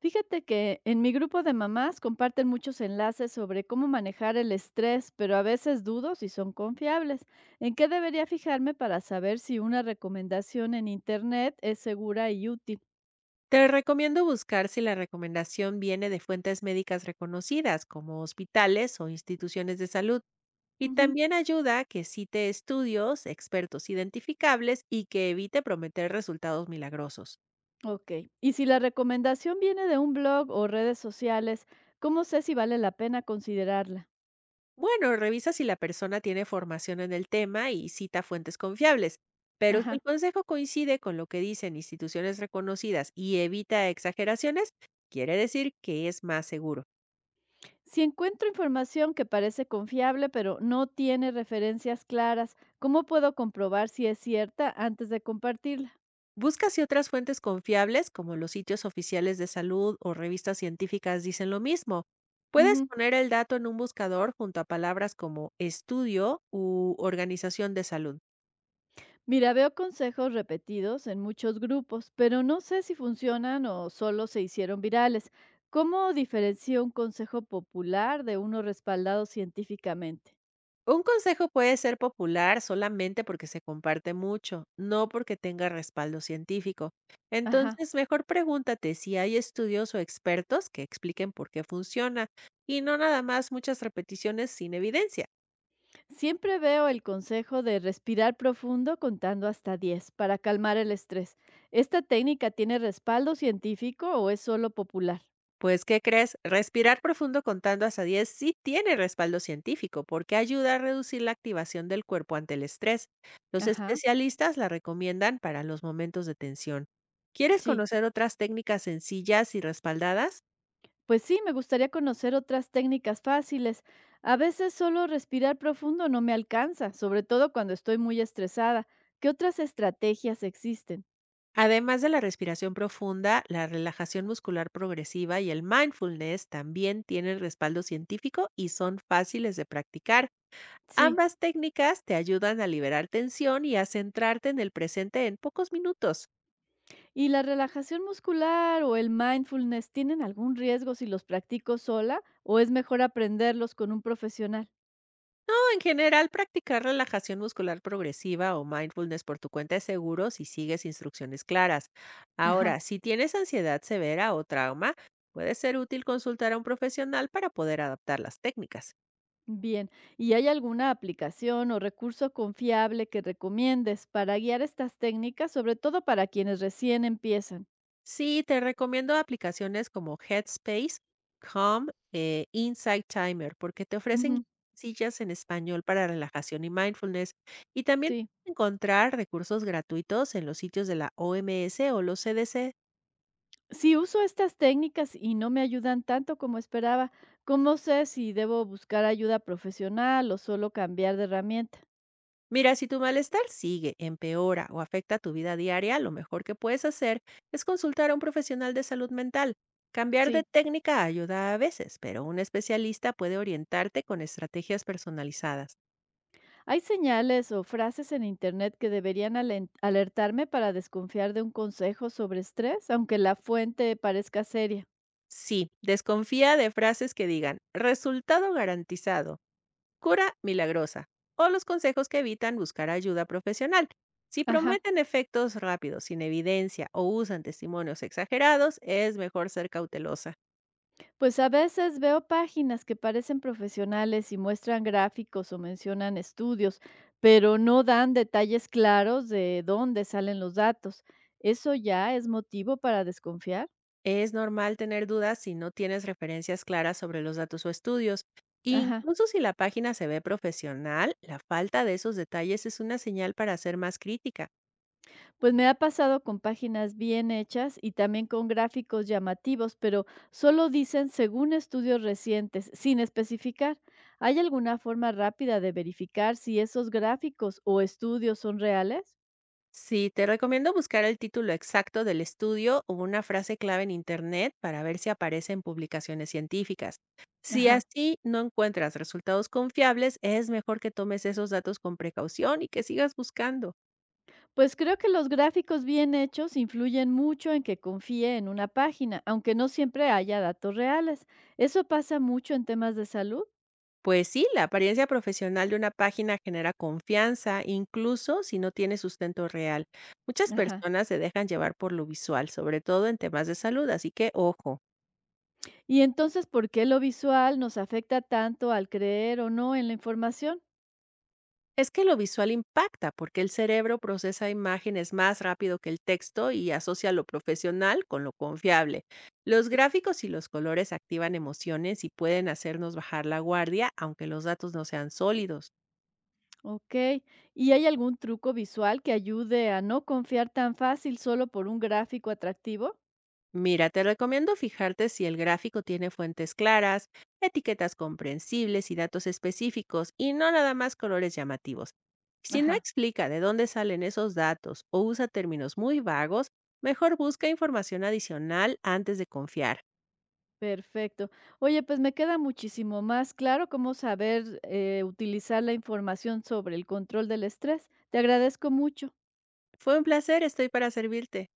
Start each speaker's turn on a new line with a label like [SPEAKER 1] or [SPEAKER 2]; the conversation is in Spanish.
[SPEAKER 1] Fíjate que en mi grupo de mamás comparten muchos enlaces sobre cómo manejar el estrés, pero a veces dudo si son confiables. ¿En qué debería fijarme para saber si una recomendación en Internet es segura y útil?
[SPEAKER 2] Te recomiendo buscar si la recomendación viene de fuentes médicas reconocidas, como hospitales o instituciones de salud. Y
[SPEAKER 1] Ujú.
[SPEAKER 2] también ayuda que cite estudios, expertos identificables y que evite prometer resultados milagrosos.
[SPEAKER 1] Ok. Y si la recomendación viene de un blog o redes sociales, ¿cómo sé si vale la pena considerarla?
[SPEAKER 2] Bueno, revisa si la persona tiene formación en el tema y cita fuentes confiables, pero si el
[SPEAKER 1] Ajá.
[SPEAKER 2] consejo coincide con lo que dicen instituciones reconocidas y evita exageraciones, quiere decir que es más seguro.
[SPEAKER 1] Si encuentro información que parece confiable, pero no tiene referencias claras, ¿cómo puedo comprobar si es cierta antes de compartirla?
[SPEAKER 2] Busca si otras fuentes confiables, como los sitios oficiales de salud o revistas científicas, dicen lo mismo. Puedes
[SPEAKER 1] Ujú.
[SPEAKER 2] poner el dato en un buscador junto a palabras como estudio u organización de salud.
[SPEAKER 1] Mira, veo consejos repetidos en muchos grupos, pero no sé si funcionan o solo se hicieron virales. ¿Cómo diferencio un consejo popular de uno respaldado científicamente?
[SPEAKER 2] Un consejo puede ser popular solamente porque se comparte mucho, no porque tenga respaldo científico.
[SPEAKER 1] Ajá.
[SPEAKER 2] Entonces, mejor pregúntate si hay estudios o expertos que expliquen por qué funciona y no nada más muchas repeticiones sin evidencia.
[SPEAKER 1] Siempre veo el consejo de respirar profundo contando hasta 10 para calmar el estrés. ¿Esta técnica tiene respaldo científico o es solo popular?
[SPEAKER 2] Pues, ¿qué crees? Respirar profundo contando hasta 10 sí tiene respaldo científico porque ayuda a reducir la activación del cuerpo ante el estrés. Los
[SPEAKER 1] Ajá.
[SPEAKER 2] especialistas la recomiendan para los momentos de tensión. ¿Quieres
[SPEAKER 1] Sí.
[SPEAKER 2] conocer otras técnicas sencillas y respaldadas?
[SPEAKER 1] Pues sí, me gustaría conocer otras técnicas fáciles. A veces solo respirar profundo no me alcanza, sobre todo cuando estoy muy estresada. ¿Qué otras estrategias existen?
[SPEAKER 2] Además de la respiración profunda, la relajación muscular progresiva y el mindfulness también tienen respaldo científico y son fáciles de practicar.
[SPEAKER 1] Sí.
[SPEAKER 2] Ambas técnicas te ayudan a liberar tensión y a centrarte en el presente en pocos minutos.
[SPEAKER 1] ¿Y la relajación muscular o el mindfulness tienen algún riesgo si los practico sola o es mejor aprenderlos con un profesional?
[SPEAKER 2] En general, practicar relajación muscular progresiva o mindfulness por tu cuenta es seguro si sigues instrucciones claras. Ahora,
[SPEAKER 1] Ajá.
[SPEAKER 2] si tienes ansiedad severa o trauma, puede ser útil consultar a un profesional para poder adaptar las técnicas.
[SPEAKER 1] Bien, ¿y hay alguna aplicación o recurso confiable que recomiendes para guiar estas técnicas, sobre todo para quienes recién empiezan?
[SPEAKER 2] Sí, te recomiendo aplicaciones como Headspace, Calm, Insight Timer, porque te ofrecen
[SPEAKER 1] Ujú.
[SPEAKER 2] sillas en español para relajación y mindfulness. Y también
[SPEAKER 1] Sí.
[SPEAKER 2] encontrar recursos gratuitos en los sitios de la OMS o los CDC.
[SPEAKER 1] Si uso estas técnicas y no me ayudan tanto como esperaba, ¿cómo sé si debo buscar ayuda profesional o solo cambiar de herramienta?
[SPEAKER 2] Mira, si tu malestar sigue, empeora o afecta tu vida diaria, lo mejor que puedes hacer es consultar a un profesional de salud mental. Cambiar de
[SPEAKER 1] Sí,
[SPEAKER 2] técnica ayuda a veces, pero un especialista puede orientarte con estrategias personalizadas.
[SPEAKER 1] hay señales o frases en Internet que deberían alertarme para desconfiar de un consejo sobre estrés, aunque la fuente parezca seria.
[SPEAKER 2] Sí, desconfía de frases que digan resultado garantizado, cura milagrosa o los consejos que evitan buscar ayuda profesional. Si
[SPEAKER 1] Ajá.
[SPEAKER 2] prometen efectos rápidos, sin evidencia o usan testimonios exagerados, es mejor ser cautelosa.
[SPEAKER 1] Pues a veces veo páginas que parecen profesionales y muestran gráficos o mencionan estudios, pero no dan detalles claros de dónde salen los datos. ¿Eso ya es motivo para desconfiar?
[SPEAKER 2] Es normal tener dudas si no tienes referencias claras sobre los datos o estudios.
[SPEAKER 1] Ajá.
[SPEAKER 2] Incluso si la página se ve profesional, la falta de esos detalles es una señal para ser más crítica.
[SPEAKER 1] Pues me ha pasado con páginas bien hechas y también con gráficos llamativos, pero solo dicen según estudios recientes, sin especificar. ¿Hay alguna forma rápida de verificar si esos gráficos o estudios son reales?
[SPEAKER 2] Sí, te recomiendo buscar el título exacto del estudio o una frase clave en Internet para ver si aparece en publicaciones científicas. Si
[SPEAKER 1] Ajá.
[SPEAKER 2] así no encuentras resultados confiables, es mejor que tomes esos datos con precaución y que sigas buscando.
[SPEAKER 1] Pues creo que los gráficos bien hechos influyen mucho en que confíe en una página, aunque no siempre haya datos reales. Eso pasa mucho en temas de salud.
[SPEAKER 2] Pues sí, la apariencia profesional de una página genera confianza, incluso si no tiene sustento real. Muchas
[SPEAKER 1] Ajá.
[SPEAKER 2] personas se dejan llevar por lo visual, sobre todo en temas de salud, así que ojo.
[SPEAKER 1] Y entonces, ¿por qué lo visual nos afecta tanto al creer o no en la información?
[SPEAKER 2] Es que lo visual impacta porque el cerebro procesa imágenes más rápido que el texto y asocia lo profesional con lo confiable. Los gráficos y los colores activan emociones y pueden hacernos bajar la guardia aunque los datos no sean sólidos.
[SPEAKER 1] Ok. ¿Y hay algún truco visual que ayude a no confiar tan fácil solo por un gráfico atractivo?
[SPEAKER 2] Mira, te recomiendo fijarte si el gráfico tiene fuentes claras, etiquetas comprensibles y datos específicos y no nada más colores llamativos. Si no
[SPEAKER 1] Ajá.
[SPEAKER 2] explica de dónde salen esos datos o usa términos muy vagos, mejor busca información adicional antes de confiar.
[SPEAKER 1] Perfecto. Oye, pues me queda muchísimo más claro cómo saber utilizar la información sobre el control del estrés. Te agradezco mucho.
[SPEAKER 2] Fue un placer, estoy para servirte.